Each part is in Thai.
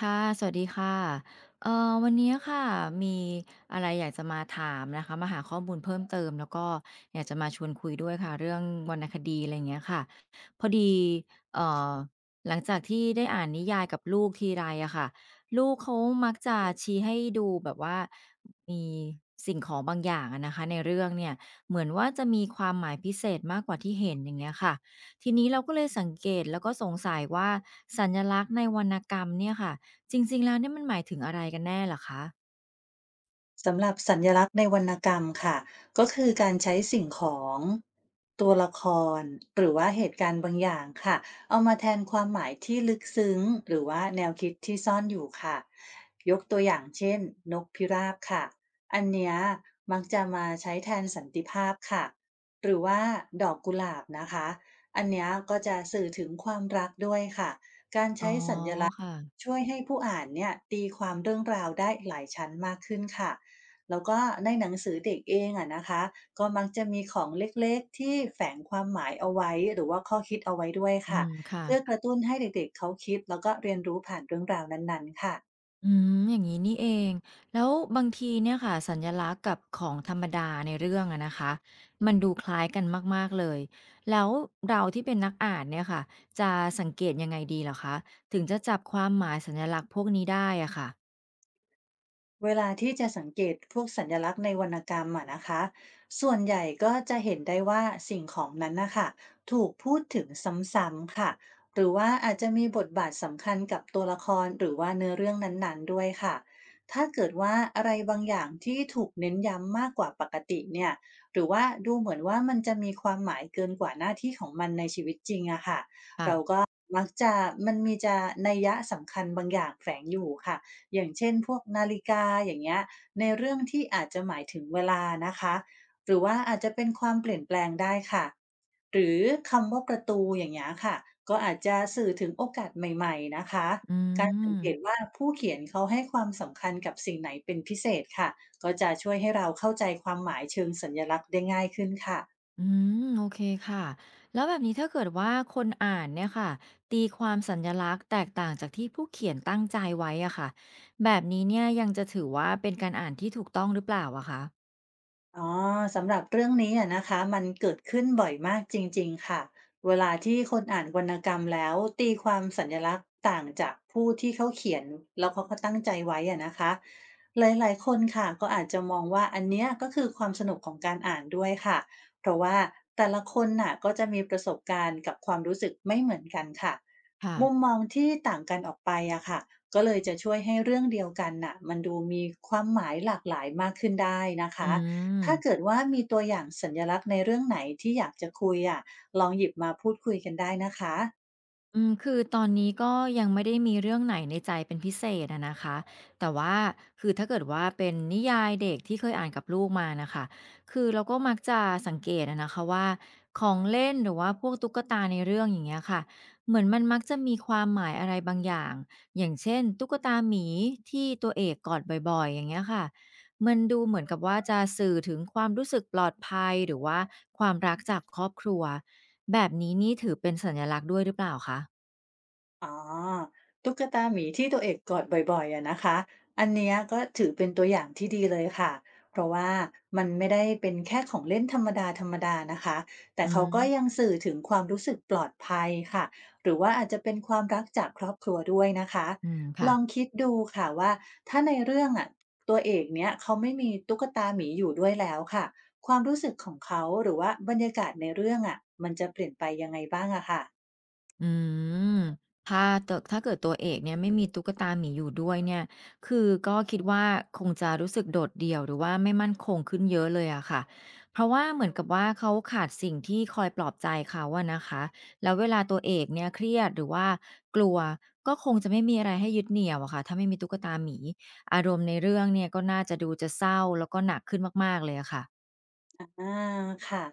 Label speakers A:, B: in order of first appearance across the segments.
A: ค่ะสวัสดีค่ะเอ่อวันนี้ค่ะมีอะไรอยากจะมาถามนะคะมาหาข้อมูลเพิ่มเติมแล้วก็อยากจะมาชวนคุยด้วยค่ะเรื่องวรรณคดีอะไรอย่างเงี้ยค่ะพอดีเอ่อหลังจากที่ได้อ่านนิยายกับลูกทีไรอะค่ะลูกเขามักจะชี้ให้ดูแบบว่ามีสิ่งของบางอย่างอะนะคะในเรื่องเนี่ยเหมือนว่าจะมีความหมายพิเศษมากกว่าที่เห็นอย่างเงี้ยค่ะทีนี้เราก็เลยสังเกตแล้วก็สงสัยว่าสัญลักษณ์ในวรรณกรรมเนี่ยค่ะ จริงๆแล้วเนี่ยมันหมายถึงอะไรกันแน่เหรอคะ
B: สำหรับสัญลักษณ์ในวรรณกรรมค่ะก็คือการใช้สิ่งของตัวละครหรือว่าเหตุการณ์บางอย่างค่ะเอามาแทนความหมายที่ลึกซึ้งหรือว่าแนวคิดที่ซ่อนอยู่ค่ะยกตัวอย่างเช่นนกพิราบค่ะอันเนี้ยมักจะมาใช้แทนสันติภาพค่ะหรือว่าดอกกุหลาบนะคะอันเนี้ยก็จะสื่อถึงความรักด้วยค่ะ
A: อ๋อค่ะ
B: ช่วยให้ผู้อ่านเนี่ยตีความเรื่องราวได้หลายชั้นมากขึ้นค่ะแล้วก็ในหนังสือเด็กเองอะนะคะก็มักจะมีของเล็กๆที่แฝงความหมายเอาไว้หรือว่าข้อคิดเอาไว้ด้วย
A: อื
B: ค่ะ
A: มค่ะ
B: เพื่อกระตุ้นให้เด็กๆเขาคิดแล้วก็เรียนรู้ผ่านเรื่องราวนั้นๆค่ะ
A: อืมอย่างงี้นี่เอง แล้วบางทีเนี่ยค่ะสัญลักษณ์กับของธรรมดาในเรื่องอะนะคะ มันดูคล้ายกันมากๆเลย แล้วเราที่เป็นนักอ่านเนี่ยค่ะจะสังเกตยังไงดีเหรอคะ ถึงจะจับความหมายสัญลักษณ์พวกนี้ได้อะค่ะ
B: เวลาที่จะสังเกตพวกสัญลักษณ์ในวรรณกรรมอะนะคะส่วนใหญ่ก็จะเห็นได้ว่าสิ่งของนั้นนะคะถูกพูดถึงซ้ำๆค่ะหรือว่าอาจจะมีบทบาทสำคัญกับตัวละครหรือว่าเนื้อเรื่องนั้นๆด้วยค่ะถ้าเกิดว่าอะไรบางอย่างที่ถูกเน้นย้ำมากกว่าปกติเนี่ยหรือว่าดูเหมือนว่ามันจะมีความหมายเกินกว่าหน้าที่ของมันในชีวิตจริงอะค่ะ
A: ค่ะ
B: มักจะมีนัยยะสำคัญบางอย่างแฝงอยู่ค่ะอย่างเช่นพวกนาฬิกาอย่างเงี้ยในเรื่องที่อาจจะหมายถึงเวลานะคะหรือว่าอาจจะเป็นความเปลี่ยนแปลงได้ค่ะหรือคำว่าประตูอย่างเงี้ยค่ะก็อาจจะสื่อถึงโอกาสใหม่ๆนะคะ
A: อื
B: การสังเกต
A: ม
B: ว่าผู้เขียนเขาให้ความสำคัญกับสิ่งไหนเป็นพิเศษค่ะก็จะช่วยให้เราเข้าใจความหมายเชิงสัญลักษณ์ได้ง่ายขึ้นค่ะ
A: อืมโอเคค่ะแล้วแบบนี้ถ้าเกิดว่าคนอ่านเนี่ยค่ะตีความสัญลักษณ์แตกต่างจากที่ผู้เขียนตั้งใจไว้อะค่ะแบบนี้เนี่ยยังจะถือว่าเป็นการอ่านที่ถูกต้องหรือเปล่าอะคะ
B: อ๋อสำหรับเรื่องนี้อะนะคะมันเกิดขึ้นบ่อยมากจริงๆค่ะเวลาที่คนอ่านวรรณกรรมแล้วตีความสัญลักษณ์ต่างจากผู้ที่เขาเขียนแล้วเขาก็ตั้งใจไว้อะนะคะหลายๆคนค่ะก็อาจจะมองว่าอันเนี้ยก็คือความสนุกของการอ่านด้วยค่ะเพราะว่าแต่ละคนน่ะก็จะมีประสบการณ์กับความรู้สึกไม่เหมือนกันค่ะ
A: ค่ะ
B: มุมมองที่ต่างกันออกไปอะค่ะก็เลยจะช่วยให้เรื่องเดียวกันน่ะมันดูมีความหมายหลากหลายมากขึ้นได้นะ
A: อื
B: คะ
A: ม
B: ถ้าเกิดว่ามีตัวอย่างสัญลักษณ์ในเรื่องไหนที่อยากจะคุยอะลองหยิบมาพูดคุยกันได้นะคะ
A: อืมคือตอนนี้ก็ยังไม่ได้มีเรื่องไหนในใจเป็นพิเศษอะนะคะแต่ว่าคือถ้าเกิดว่าเป็นนิยายเด็กที่เคยอ่านกับลูกมาน่ะค่ะคือเราก็มักจะสังเกตอะนะคะว่าของเล่นหรือว่าพวกตุ๊กตาในเรื่องอย่างเงี้ยค่ะเหมือนมันมักจะมีความหมายอะไรบางอย่างอย่างเช่นตุ๊กตาหมีที่ตัวเอกกอดบ่อยๆอย่างเงี้ยค่ะมันดูเหมือนกับว่าจะสื่อถึงความรู้สึกปลอดภัยหรือว่าความรักจากครอบครัวแบบนี้นี่ถือเป็นสัญลักษณ์ด้วยหรือเปล่าคะ
B: อ๋อตุ๊กตาหมีที่ตัวเอกกอดบ่อยๆอะนะคะอันเนี้ยก็ถือเป็นตัวอย่างที่ดีเลยค่ะเพราะว่ามันไม่ได้เป็นแค่ของเล่นธรรมดาๆนะคะแต่
A: อื
B: เขาก็ยัง
A: ม
B: สื่อถึงความรู้สึกปลอดภัยค่ะหรือว่าอาจจะเป็นความรักจากครอบครัวด้วยนะคะ
A: อืม
B: ล
A: ค่ะ
B: องคิดดูค่ะว่าถ้าในเรื่องอะตัวเอกเนี้ยเขาไม่มีตุ๊กตาหมีอยู่ด้วยแล้วค่ะความรู้สึกของเขาหรือว่าบรรยากาศในเรื่องอะมันจะเปลี่ยนไปยังไงบ้างอะค่ะ
A: อืมถ้าเกิดตัวเอกเนี่ยไม่มีตุ๊กตาหมีอยู่ด้วยเนี่ยคือก็คิดว่าคงจะรู้สึกโดดเดี่ยว หรือว่าไม่มั่นคงขึ้นเยอะเลยอะค่ะเพราะว่าเหมือนกับว่าเขาขาดสิ่งที่คอยปลอบใจเขาอะนะคะแล้วเวลาตัวเอกเนี่ยเครียดหรือว่ากลัว ก็คงจะไม่มีอะไรให้ยึดเหนี่ยวอะค่ะถ้าไม่มีตุ๊กตาหมีอารมณ์ในเรื่องเนี่ยก็น่าจะดูจะเศร้าแล้วก็หนักขึ้นมากๆเลยอะค่ะ
B: อาค่ะ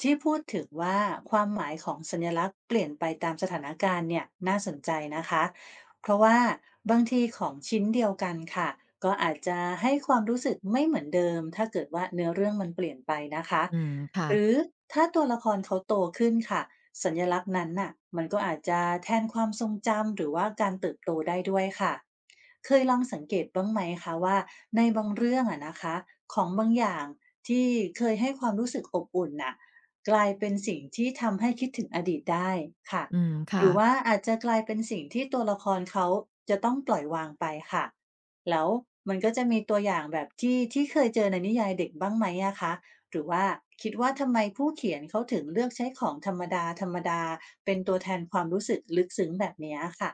B: ที่พูดถึงว่าความหมายของสัญลักษณ์เปลี่ยนไปตามสถานการณ์เนี่ยน่าสนใจนะคะเพราะว่าบางทีของชิ้นเดียวกันค่ะก็อาจจะให้ความรู้สึกไม่เหมือนเดิมถ้าเกิดว่าเนื้อเรื่องมันเปลี่ยนไปนะคะ
A: อืมค่ะ
B: หรือถ้าตัวละครเขาโตขึ้นค่ะสัญลักษณ์นั้นน่ะมันก็อาจจะแทนความทรงจำหรือว่าการเติบโตได้ด้วยค่ะเคยลองสังเกตบ้างไหมคะว่า ในบางเรื่องอะนะคะของบางอย่างที่เคยให้ความรู้สึกอบอุ่นน่ะกลายเป็นสิ่งที่ทำให้คิดถึงอดีตได้ค่ะ
A: อืม
B: ห
A: ค่ะ
B: รือว่าอาจจะกลายเป็นสิ่งที่ตัวละครเขาจะต้องปล่อยวางไปค่ะแล้วมันก็จะมีตัวอย่างแบบที่เคยเจอในนิยายเด็กบ้างไหมอะคะหรือว่าคิดว่าทำไมผู้เขียนเขาถึงเลือกใช้ของธรรมดาธรรมดาเป็นตัวแทนความรู้สึกลึกซึ้งแบบเนี้ยค่ะ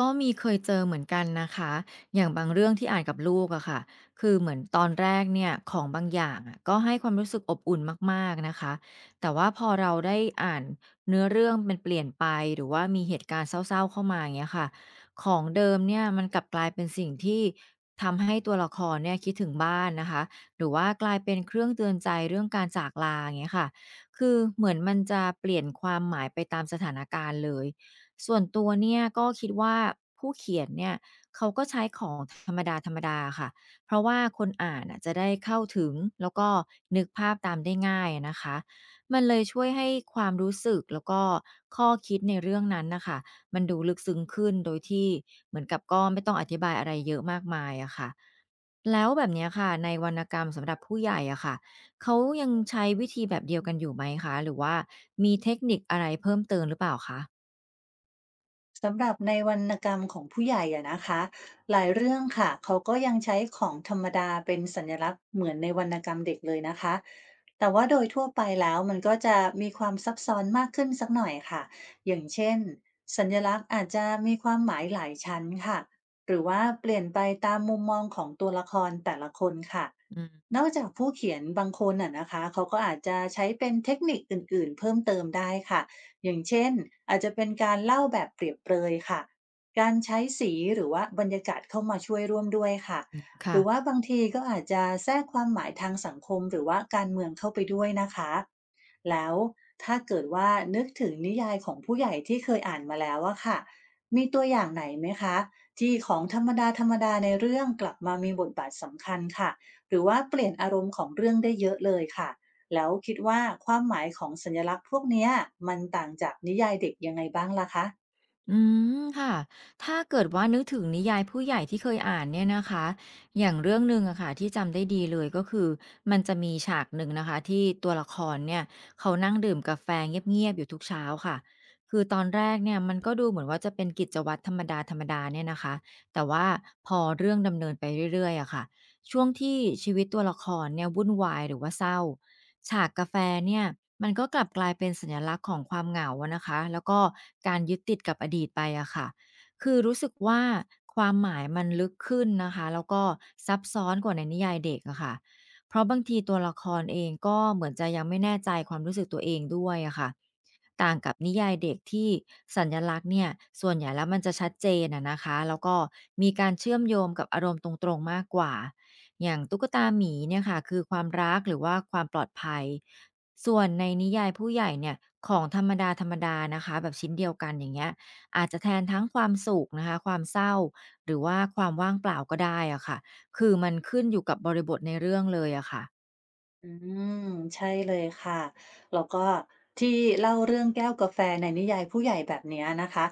A: ก็มีเคยเจอเหมือนกันนะคะอย่างบางเรื่องที่อ่านกับลูกอะค่ะคือเหมือนตอนแรกเนี่ยของบางอย่างอะก็ให้ความรู้สึกอบอุ่นมากๆนะคะแต่ว่าพอเราได้อ่านเนื้อเรื่องมันเปลี่ยนไปหรือว่ามีเหตุการณ์เศร้าๆเข้ามาอย่างเงี้ยค่ะของเดิมเนี่ยมันกลับกลายเป็นสิ่งที่ทำให้ตัวละครเนี่ยคิดถึงบ้านนะคะหรือว่ากลายเป็นเครื่องเตือนใจเรื่องการจากลาอย่างเงี้ยค่ะคือเหมือนมันจะเปลี่ยนความหมายไปตามสถานการณ์เลย ส่วนตัวเนี่ยก็คิดว่าผู้เขียนเนี่ยเขาก็ใช้ของธรรมดาธรรมดาค่ะเพราะว่าคนอ่านน่ะจะได้เข้าถึงแล้วก็นึกภาพตามได้ง่ายอะนะคะมันเลยช่วยให้ความรู้สึกแล้วก็ข้อคิดในเรื่องนั้นน่ะค่ะมันดูลึกซึ้งขึ้นโดยที่เหมือนกับก็ไม่ต้องอธิบายอะไรเยอะมากมายอะค่ะแล้วแบบเนี้ยค่ะในวรรณกรรมสำหรับผู้ใหญ่อะค่ะเขายังใช้วิธีแบบเดียวกันอยู่ไหมคะหรือว่ามีเทคนิคอะไรเพิ่มเติมหรือเปล่าคะ
B: สำหรับในวรรณกรรมของผู้ใหญ่อะนะคะหลายเรื่องค่ะเขาก็ยังใช้ของธรรมดาเป็นสัญลักษณ์เหมือนในวรรณกรรมเด็กเลยนะคะแต่ว่าโดยทั่วไปแล้วมันก็จะมีความซับซ้อนมากขึ้นสักหน่อยค่ะอย่างเช่นสัญลักษณ์อาจจะมีความหมายหลายชั้นค่ะหรือว่าเปลี่ยนไปตามมุมมองของตัวละครแต่ละคนค่ะ
A: อืม
B: นอกจากผู้เขียนบางคนอ่ะนะคะเขาก็อาจจะใช้เป็นเทคนิคอื่นๆเพิ่มเติมได้ค่ะ อย่างเช่นอาจจะเป็นการเล่าแบบเปรียบเปรยค่ะการใช้สีหรือว่าบรรยากาศเข้ามาช่วยร่วมด้วยค่ะ
A: อืม
B: ห
A: ค่ะ
B: รือว่าบางทีก็อาจจะแทรกความหมายทางสังคมหรือว่าการเมืองเข้าไปด้วยนะคะแล้วถ้าเกิดว่านึกถึงนิยายของผู้ใหญ่ที่เคยอ่านมาแล้วอะค่ะมีตัวอย่างไหนไหมคะที่ของธรรมดาธรรมดาในเรื่องกลับมามีบทบาทสำคัญค่ะหรือว่าเปลี่ยนอารมณ์ของเรื่องได้เยอะเลยค่ะ แล้วคิดว่าความหมายของสัญลักษณ์พวกเนี้ยมันต่างจากนิยายเด็กยังไงบ้างล่ะคะ
A: อืมค่ะถ้าเกิดว่านึกถึงนิยายผู้ใหญ่ที่เคยอ่านเนี่ยนะคะอย่างเรื่องหนึ่งอะค่ะที่จำได้ดีเลยก็คือ มันจะมีฉากหนึ่งนะคะที่ตัวละครเนี่ยเขานั่งดื่มกาแฟเงียบๆอยู่ทุกเช้าค่ะคือตอนแรกเนี่ยมันก็ดูเหมือนว่าจะเป็นกิจวัตรธรรมดาๆเนี่ยนะคะแต่ว่าพอเรื่องดำเนินไปเรื่อยๆอะค่ะ ช่วงที่ชีวิตตัวละครเนี่ยวุ่นวายหรือว่าเศร้าฉากกาแฟเนี่ยมันก็กลับกลายเป็นสัญลักษณ์ของความเหงาอะนะคะแล้วก็การยึดติดกับอดีตไปอะค่ะคือรู้สึกว่าความหมายมันลึกขึ้นนะคะแล้วก็ซับซ้อนกว่าในนิยายเด็กอะค่ะเพราะบางทีตัวละครเองก็เหมือนจะยังไม่แน่ใจความรู้สึกตัวเองด้วยอะค่ะต่างกับนิยายเด็กที่สัญลักษณ์เนี่ยส่วนใหญ่แล้วมันจะชัดเจนอะนะคะแล้วก็มีการเชื่อมโยงกับอารมณ์ตรงๆมากกว่า อย่างตุ๊กตาหมีเนี่ยค่ะคือความรักหรือว่าความปลอดภัยส่วนในนิยายผู้ใหญ่เนี่ยของธรรมดาๆนะคะแบบชิ้นเดียวกันอย่างเงี้ยอาจจะแทนทั้งความสุขนะคะความเศร้าหรือว่าความว่างเปล่าก็ได้อะค่ะคือมันขึ้นอยู่กับบริบทในเรื่องเลยอะค่ะ
B: อืมใช่เลยค่ะแล้วก็ที่เล่าเรื่องแก้วกาแฟในนิยายผู้ใหญ่แบบเนี้ยนะคะ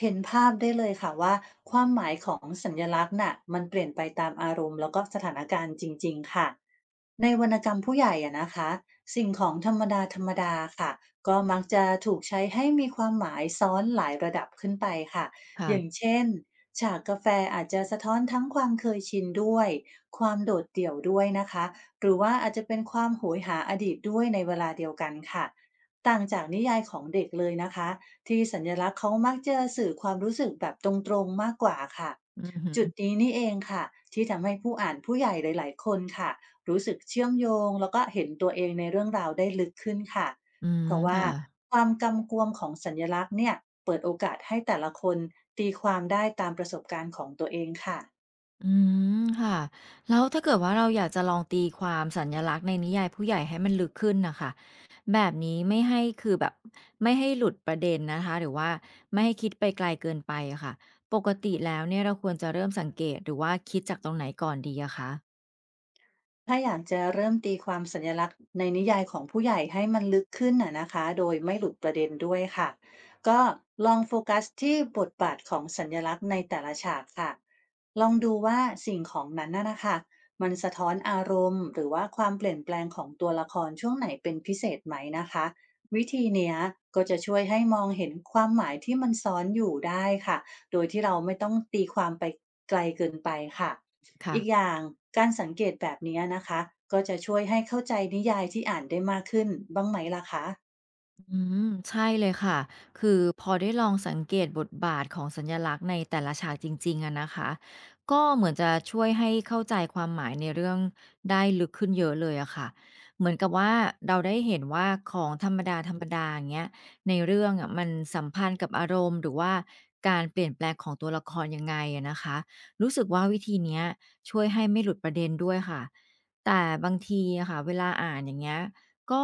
B: เห็นภาพได้เลยค่ะว่าความหมายของสัญลักษณ์น่ะมันเปลี่ยนไปตามอารมณ์แล้วก็สถานการณ์จริงๆค่ะในวรรณกรรมผู้ใหญ่อะนะคะสิ่งของธรรมดาธรรมดาค่ะก็มักจะถูกใช้ให้มีความหมายซ้อนหลายระดับขึ้นไปค่ะ
A: ค่ะ
B: อย่างเช่นฉากกาแฟอาจจะสะท้อนทั้งความเคยชินด้วยความโดดเดี่ยวด้วยนะคะ หรือว่าอาจจะเป็นความโหยหาอดีตด้วยในเวลาเดียวกันค่ะต่างจากนิยายของเด็กเลยนะคะที่สัญลักษณ์เขามักจะสื่อความรู้สึกแบบตรงๆมากกว่าค่ะ
A: อือฮึ
B: จุดนี้นี่เองค่ะที่ทำให้ผู้อ่านผู้ใหญ่หลายๆคนค่ะรู้สึกเชื่อมโยงแล้วก็เห็นตัวเองในเรื่องราวได้ลึกขึ้นค่ะ
A: อืม
B: เพราะว่า
A: ค่ะ
B: ความกำกวมของสัญลักษณ์เนี่ยเปิดโอกาสให้แต่ละคนตีความได้ตามประสบการณ์ของตัวเองค่ะ
A: อืมค่ะแล้วถ้าเกิดว่าเราอยากจะลองตีความสัญลักษณ์ในนิยายผู้ใหญ่ให้มันลึกขึ้นนะคะแบบนี้ไม่ให้คือแบบไม่ให้หลุดประเด็นนะคะหรือว่าไม่ให้คิดไปไกลเกินไปอะค่ะปกติแล้วเนี่ยเราควรจะเริ่มสังเกตหรือว่าคิดจากตรงไหนก่อนดีอะคะ
B: ถ้าอยากจะเริ่มตีความสัญลักษณ์ในนิยายของผู้ใหญ่ให้มันลึกขึ้นน่ะนะคะโดยไม่หลุดประเด็นด้วยค่ะก็ลองโฟกัสที่บทบาทของสัญลักษณ์ในแต่ละฉากค่ะลองดูว่าสิ่งของนั้นน่ะนะคะมันสะท้อนอารมณ์หรือว่าความเปลี่ยนแปลงของตัวละครช่วงไหนเป็นพิเศษไหมนะคะวิธีเนี้ยก็จะช่วยให้มองเห็นความหมายที่มันซ้อนอยู่ได้ค่ะโดยที่เราไม่ต้องตีความไปไกลเกินไปค่ะ อีกอ
A: ค่ะ
B: ย่างการสังเกตแบบนี้นะคะก็จะช่วยให้เข้าใจนิยายที่อ่านได้มากขึ้นบ้างไหมล่ะคะ
A: อืมใช่เลยค่ะคือพอได้ลองสังเกตบทบาทของสัญลักษณ์ในแต่ละฉากจริงๆอะนะคะก็เหมือนจะช่วยให้เข้าใจความหมายในเรื่องได้ลึกขึ้นเยอะเลยอะค่ะเหมือนกับว่าเราได้เห็นว่าของธรรมดาธรรมดาอย่างเงี้ยในเรื่องอะมันสัมพันธ์กับอารมณ์หรือว่าการเปลี่ยนแปลงของตัวละครยังไงอะนะคะรู้สึกว่าวิธีเนี้ยช่วยให้ไม่หลุดประเด็นด้วยค่ะแต่บางทีอะค่ะเวลาอ่านอย่างเงี้ย ก็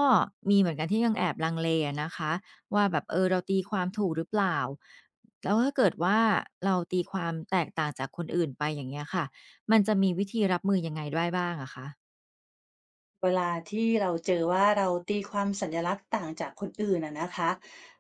A: มีเหมือนกันที่ยังแอบลังเลอะนะคะว่าแบบเราตีความถูกหรือเปล่าแล้วถ้าเกิดว่าเราตีความแตกต่างจากคนอื่นไปอย่างเงี้ยค่ะมันจะมีวิธีรับมือยังไงได้บ้างอะคะ
B: เวลาที่เราเจอว่าเราตีความสัญลักษณ์ต่างจากคนอื่นอะนะคะ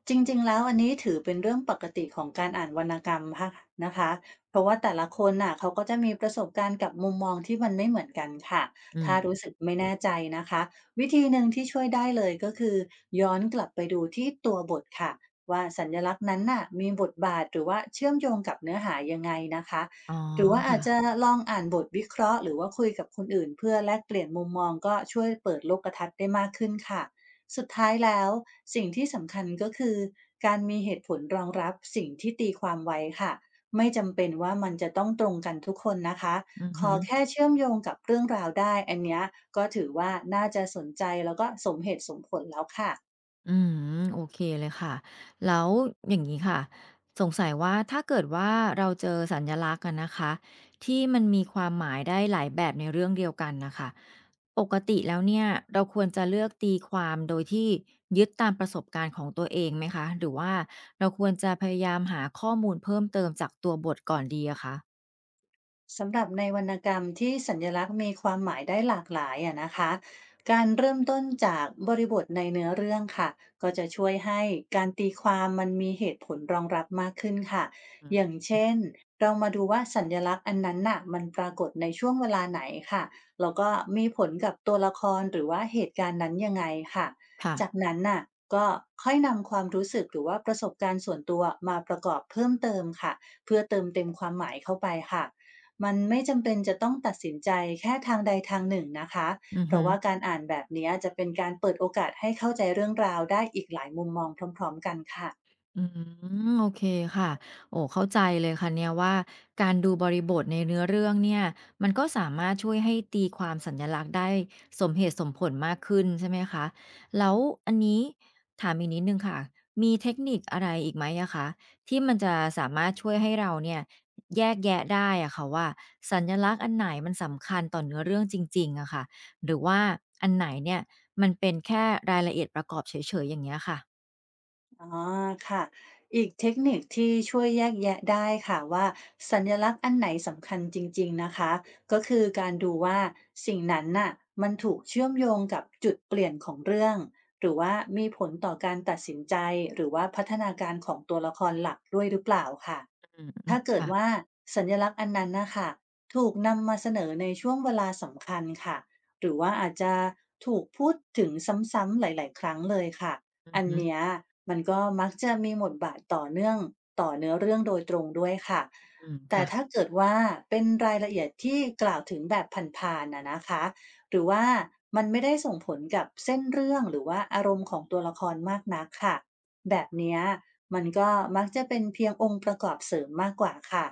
B: จริงๆแล้วอันนี้ถือเป็นเรื่องปกติของการอ่านวรรณกรรมค่ะนะคะเพราะว่าแต่ละคนน่ะเขาก็จะมีประสบการณ์กับมุมมองที่มันไม่เหมือนกันค่ะ
A: อืม
B: ถ้ารู้สึกไม่แน่ใจนะคะวิธีหนึ่งที่ช่วยได้เลยก็คือย้อนกลับไปดูที่ตัวบทค่ะว่าสัญลักษณ์นั้นน่ะมีบทบาทหรือว่าเชื่อมโยงกับเนื้อหายังไงนะคะ
A: อ๋อ
B: หรือว่าอา
A: ค่ะ
B: จจะลองอ่านบทวิเคราะห์หรือว่าคุยกับคนอื่นเพื่อแลกเปลี่ยนมุมมองก็ช่วยเปิดโลกทัศน์ได้มากขึ้นค่ะสุดท้ายแล้วสิ่งที่สำคัญก็คือการมีเหตุผลรองรับสิ่งที่ตีความไว้ค่ะไม่จำเป็นว่ามันจะต้องตรงกันทุกคนนะคะ
A: อือ
B: ข
A: ฮึ
B: อแค่เชื่อมโยงกับเรื่องราวได้อันเนี้ยก็ถือว่าน่าจะสนใจแล้วก็สมเหตุสมผลแล้วค่ะ
A: อืมโอเคเลยค่ะแล้วอย่างนี้ค่ะสงสัยว่าถ้าเกิดว่าเราเจอสัญลักษณ์กันนะคะที่มันมีความหมายได้หลายแบบในเรื่องเดียวกันนะคะปกติแล้วเนี่ยเราควรจะเลือกตีความโดยที่ยึดตามประสบการณ์ของตัวเองไหมคะหรือว่าเราควรจะพยายามหาข้อมูลเพิ่มเติมจากตัวบทก่อนดีอะคะ
B: สำหรับในวรรณกรรมที่สัญลักษณ์มีความหมายได้หลากหลายอะนะคะการเริ่มต้นจากบริบทในเนื้อเรื่องค่ะก็จะช่วยให้การตีความมันมีเหตุผลรองรับมากขึ้นค่ะ
A: อืม
B: อย่างเช่นเรามาดูว่าสัญลักษณ์อันนั้นน่ะมันปรากฏในช่วงเวลาไหนค่ะแล้วก็มีผลกับตัวละครหรือว่าเหตุการณ์นั้นยังไงค่ะ
A: ค่ะ
B: จากนั้นน่ะก็ค่อยนำความรู้สึกหรือว่าประสบการณ์ส่วนตัวมาประกอบเพิ่มเติมค่ะเพื่อเติมเต็มความหมายเข้าไปค่ะ มันไม่จำเป็นจะต้องตัดสินใจแค่ทางใดทางหนึ่งนะคะ
A: อือ
B: เพ
A: ฮึ
B: ราะว่าการอ่านแบบนี้จะเป็นการเปิดโอกาสให้เข้าใจเรื่องราวได้อีกหลายมุมมองพร้อมๆกันค่ะ
A: อืมโอเคค่ะโอ้เข้าใจเลยค่ะเนี่ยว่าการดูบริบทในเนื้อเรื่องเนี่ยมันก็สามารถช่วยให้ตีความสัญลักษณ์ได้สมเหตุสมผลมากขึ้นใช่ไหมคะแล้วอันนี้ถามอีกนิดนึงค่ะมีเทคนิคอะไรอีกไหมอะคะที่มันจะสามารถช่วยให้เราเนี่ยแยกแยะได้อะค่ะว่าสัญลักษณ์อันไหนมันสำคัญต่อเนื้อเรื่องจริงๆอะค่ะหรือว่าอันไหนเนี่ยมันเป็นแค่รายละเอียดประกอบเฉยๆอย่างเงี้ยค่ะ
B: อ๋อค่ะอีกเทคนิคที่ช่วยแยกแยะได้ค่ะว่าสัญลักษณ์อันไหนสำคัญจริงๆนะคะก็คือการดูว่าสิ่งนั้นน่ะมันถูกเชื่อมโยงกับจุดเปลี่ยนของเรื่องหรือว่ามีผลต่อการตัดสินใจหรือว่าพัฒนาการของตัวละครหลักด้วยหรือเปล่าค่ะ
A: อืม
B: ถ้า
A: ๆ
B: เกิด
A: ค่ะ
B: ว่าสัญลักษณ์อันนั้นนะคะถูกนำมาเสนอในช่วงเวลาสำคัญค่ะหรือว่าอาจจะถูกพูดถึงซ้ำๆหลายๆครั้งเลยค่ะ
A: อ
B: อัน
A: ืม
B: เนี้ยมันก็มักจะมีบทบาทต่อเนื่องต่อเนื้อเรื่องโดยตรงด้วยค่ะ
A: อืม
B: แต่
A: ค่ะ
B: ถ้าเกิดว่าเป็นรายละเอียดที่กล่าวถึงแบบผ่านๆนะนะคะหรือว่ามันไม่ได้ส่งผลกับเส้นเรื่องหรือว่าอารมณ์ของตัวละครมากนักค่ะแบบเนี้ยมันก็มักจะเป็นเพียงองค์ประกอบเสริมมากกว่าค่ะ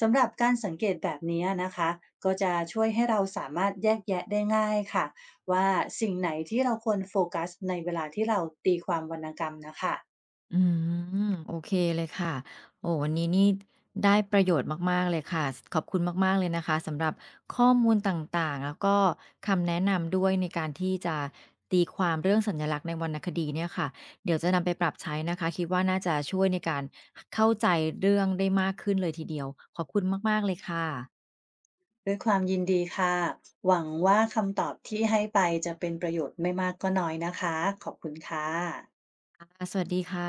B: สำหรับการสังเกตแบบเนี้ยนะคะก็จะช่วยให้เราสามารถแยกแยะได้ง่ายค่ะ ว่าสิ่งไหนที่เราควรโฟกัสในเวลาที่เราตีความวรรณกรรมนะคะ
A: อืมโอเคเลยค่ะ โอ้วันนี้นี่ได้ประโยชน์มากๆเลยค่ะขอบคุณมากๆเลยนะคะสำหรับข้อมูลต่างๆแล้วก็คำแนะนำด้วยในการที่จะตีความเรื่องสัญลักษณ์ในวรรณคดีเนี่ยค่ะ เดี๋ยวจะนำไปปรับใช้นะคะคิดว่าน่าจะช่วยในการเข้าใจเรื่องได้มากขึ้นเลยทีเดียว ขอบคุณมากๆเลยค่ะ
B: ด้วยความยินดีค่ะหวังว่าคำตอบที่ให้ไปจะเป็นประโยชน์ไม่มากก็น้อยนะคะขอบคุณค่ะ
A: ค่ะสวัสดีค่ะ